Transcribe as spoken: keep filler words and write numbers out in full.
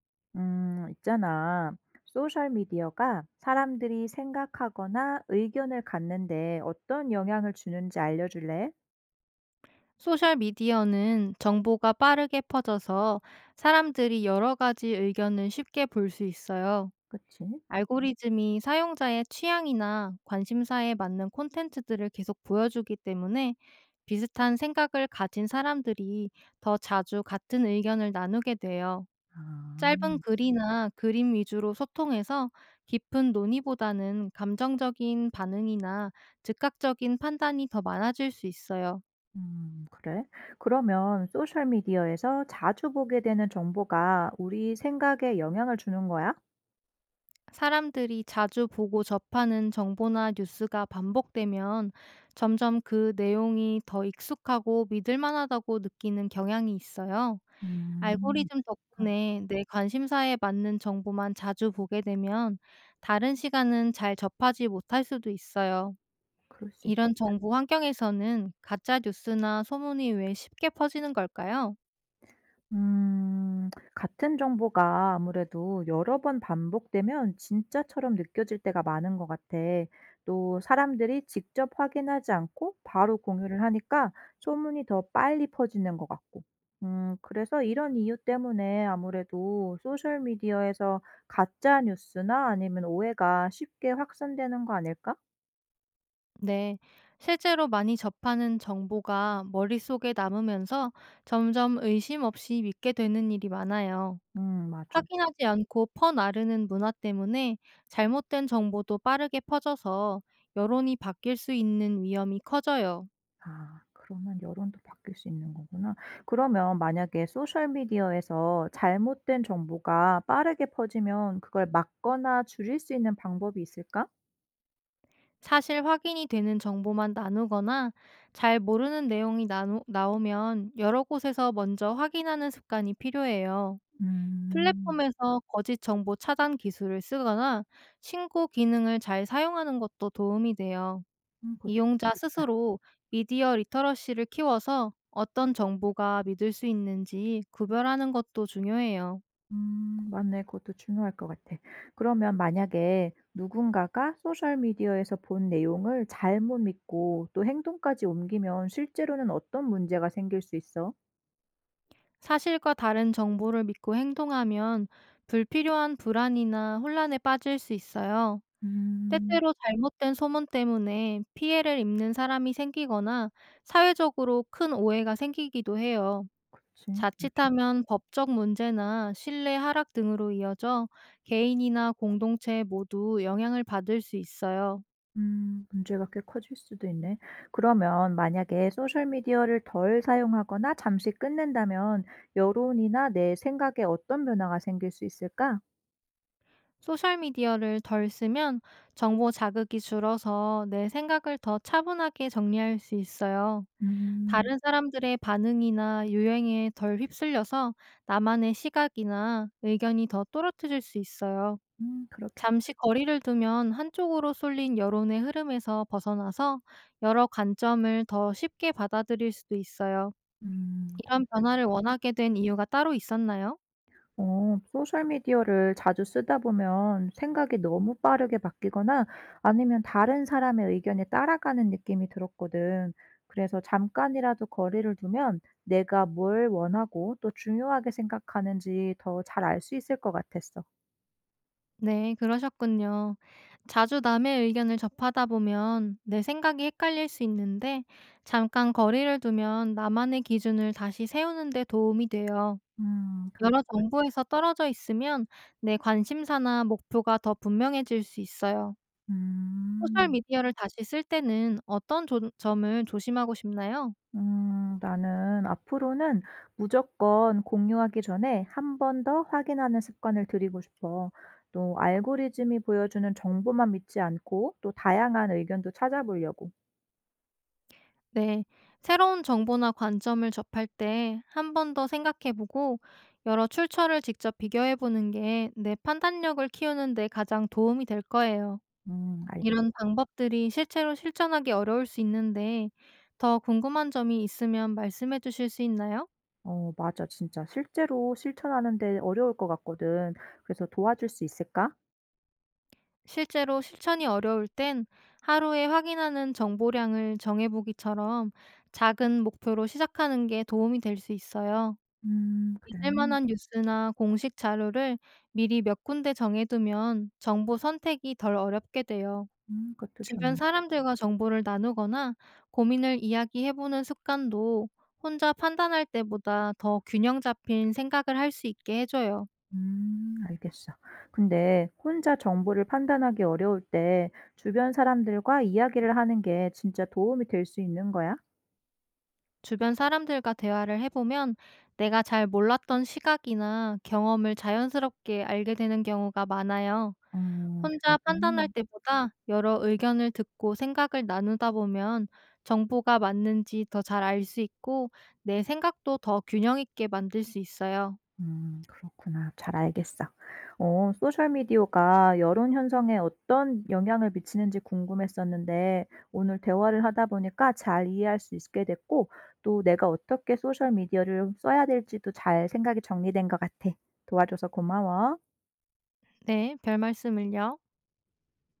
음, 있잖아. 소셜미디어가 사람들이 생각하거나 의견을 갖는데 어떤 영향을 주는지 알려줄래? 소셜미디어는 정보가 빠르게 퍼져서 사람들이 여러 가지 의견을 쉽게 볼 수 있어요. 그치? 알고리즘이 사용자의 취향이나 관심사에 맞는 콘텐츠들을 계속 보여주기 때문에 비슷한 생각을 가진 사람들이 더 자주 같은 의견을 나누게 돼요. 아. 짧은 글이나 그림 위주로 소통해서 깊은 논의보다는 감정적인 반응이나 즉각적인 판단이 더 많아질 수 있어요. 음, 그래? 그러면 소셜미디어에서 자주 보게 되는 정보가 우리 생각에 영향을 주는 거야? 사람들이 자주 보고 접하는 정보나 뉴스가 반복되면 점점 그 내용이 더 익숙하고 믿을 만하다고 느끼는 경향이 있어요. 음. 알고리즘 아. 덕분에 내 관심사에 맞는 정보만 자주 보게 되면 다른 시간은 잘 접하지 못할 수도 있어요. 그럴 수 있겠다. 이런 정보 환경에서는 가짜 뉴스나 소문이 왜 쉽게 퍼지는 걸까요? 음. 같은 정보가 아무래도 여러 번 반복되면 진짜처럼 느껴질 때가 많은 것 같아. 또 사람들이 직접 확인하지 않고 바로 공유를 하니까 소문이 더 빨리 퍼지는 것 같고. 음, 그래서 이런 이유 때문에 아무래도 소셜미디어에서 가짜 뉴스나 아니면 오해가 쉽게 확산되는 거 아닐까? 네, 실제로 많이 접하는 정보가 머릿속에 남으면서 점점 의심 없이 믿게 되는 일이 많아요. 음, 맞아. 확인하지 않고 퍼나르는 문화 때문에 잘못된 정보도 빠르게 퍼져서 여론이 바뀔 수 있는 위험이 커져요. 아, 그러면 여론도 바뀔 수 있는 거구나. 그러면 만약에 소셜 미디어에서 잘못된 정보가 빠르게 퍼지면 그걸 막거나 줄일 수 있는 방법이 있을까? 사실 확인이 되는 정보만 나누거나 잘 모르는 내용이 나누, 나오면 여러 곳에서 먼저 확인하는 습관이 필요해요. 음. 플랫폼에서 거짓 정보 차단 기술을 쓰거나 신고 기능을 잘 사용하는 것도 도움이 돼요. 음 그것도 이용자 좋겠다. 스스로 미디어 리터러시를 키워서 어떤 정보가 믿을 수 있는지 구별하는 것도 중요해요. 음 맞네. 그것도 중요할 것 같아. 그러면 만약에 누군가가 소셜 미디어에서 본 내용을 잘못 믿고 또 행동까지 옮기면 실제로는 어떤 문제가 생길 수 있어? 사실과 다른 정보를 믿고 행동하면 불필요한 불안이나 혼란에 빠질 수 있어요. 음. 때때로 잘못된 소문 때문에 피해를 입는 사람이 생기거나 사회적으로 큰 오해가 생기기도 해요. 그치. 맞아. 자칫하면 법적 문제나 신뢰 하락 등으로 이어져 개인이나 공동체 모두 영향을 받을 수 있어요. 음 문제가 꽤 커질 수도 있네. 그러면 만약에 소셜 미디어를 덜 사용하거나 잠시 끊는다면 여론이나 내 생각에 어떤 변화가 생길 수 있을까? 소셜미디어를 덜 쓰면 정보 자극이 줄어서 내 생각을 더 차분하게 정리할 수 있어요. 음. 다른 사람들의 반응이나 유행에 덜 휩쓸려서 나만의 시각이나 의견이 더 또렷해질 수 있어요. 음 그렇게. 잠시 거리를 두면 한쪽으로 쏠린 여론의 흐름에서 벗어나서 여러 관점을 더 쉽게 받아들일 수도 있어요. 음. 이런 변화를 원하게 된 이유가 따로 있었나요? 어, 소셜미디어를 자주 쓰다 보면 생각이 너무 빠르게 바뀌거나 아니면 다른 사람의 의견에 따라가는 느낌이 들었거든. 그래서 잠깐이라도 거리를 두면 내가 뭘 원하고 또 중요하게 생각하는지 더 잘 알 수 있을 것 같았어. 네, 그러셨군요. 자주 남의 의견을 접하다 보면 내 생각이 헷갈릴 수 있는데 잠깐 거리를 두면 나만의 기준을 다시 세우는 데 도움이 돼요. 음, 그렇, 여러 정보에서 떨어져 있으면 내 관심사나 목표가 더 분명해질 수 있어요. 소셜 음. 미디어를 다시 쓸 때는 어떤 조- 점을 조심하고 싶나요? 음, 나는 앞으로는 무조건 공유하기 전에 한 번 더 확인하는 습관을 들이고 싶어. 또 알고리즘이 보여주는 정보만 믿지 않고 또 다양한 의견도 찾아보려고. 네. 새로운 정보나 관점을 접할 때 한 번 더 생각해 보고 여러 출처를 직접 비교해 보는 게 내 판단력을 키우는 데 가장 도움이 될 거예요. 음, 알겠어. 이런 방법들이 실제로 실천하기 어려울 수 있는데 더 궁금한 점이 있으면 말씀해 주실 수 있나요? 어, 맞아. 진짜 실제로 실천하는데 어려울 것 같거든. 그래서 도와줄 수 있을까? 실제로 실천이 어려울 땐 하루에 확인하는 정보량을 정해보기처럼 작은 목표로 시작하는 게 도움이 될 수 있어요. 음, 그래. 믿을 만한 뉴스나 공식 자료를 미리 몇 군데 정해두면 정보 선택이 덜 어렵게 돼요. 음, 그것도 주변 좋네. 사람들과 정보를 나누거나 고민을 이야기해보는 습관도 혼자 판단할 때보다 더 균형 잡힌 생각을 할 수 있게 해줘요. 음 알겠어. 근데 혼자 정보를 판단하기 어려울 때 주변 사람들과 이야기를 하는 게 진짜 도움이 될 수 있는 거야? 주변 사람들과 대화를 해보면 내가 잘 몰랐던 시각이나 경험을 자연스럽게 알게 되는 경우가 많아요. 음, 그래. 혼자 판단할 음, 때보다 여러 의견을 듣고 생각을 나누다 보면 정보가 맞는지 더 잘 알 수 있고 내 생각도 더 균형 있게 만들 수 있어요. 음, 그렇구나. 잘 알겠어. 어, 소셜미디어가 여론 형성에 어떤 영향을 미치는지 궁금했었는데 오늘 대화를 하다 보니까 잘 이해할 수 있게 됐고 또 내가 어떻게 소셜미디어를 써야 될지도 잘 생각이 정리된 것 같아. 도와줘서 고마워. 네, 별 말씀을요.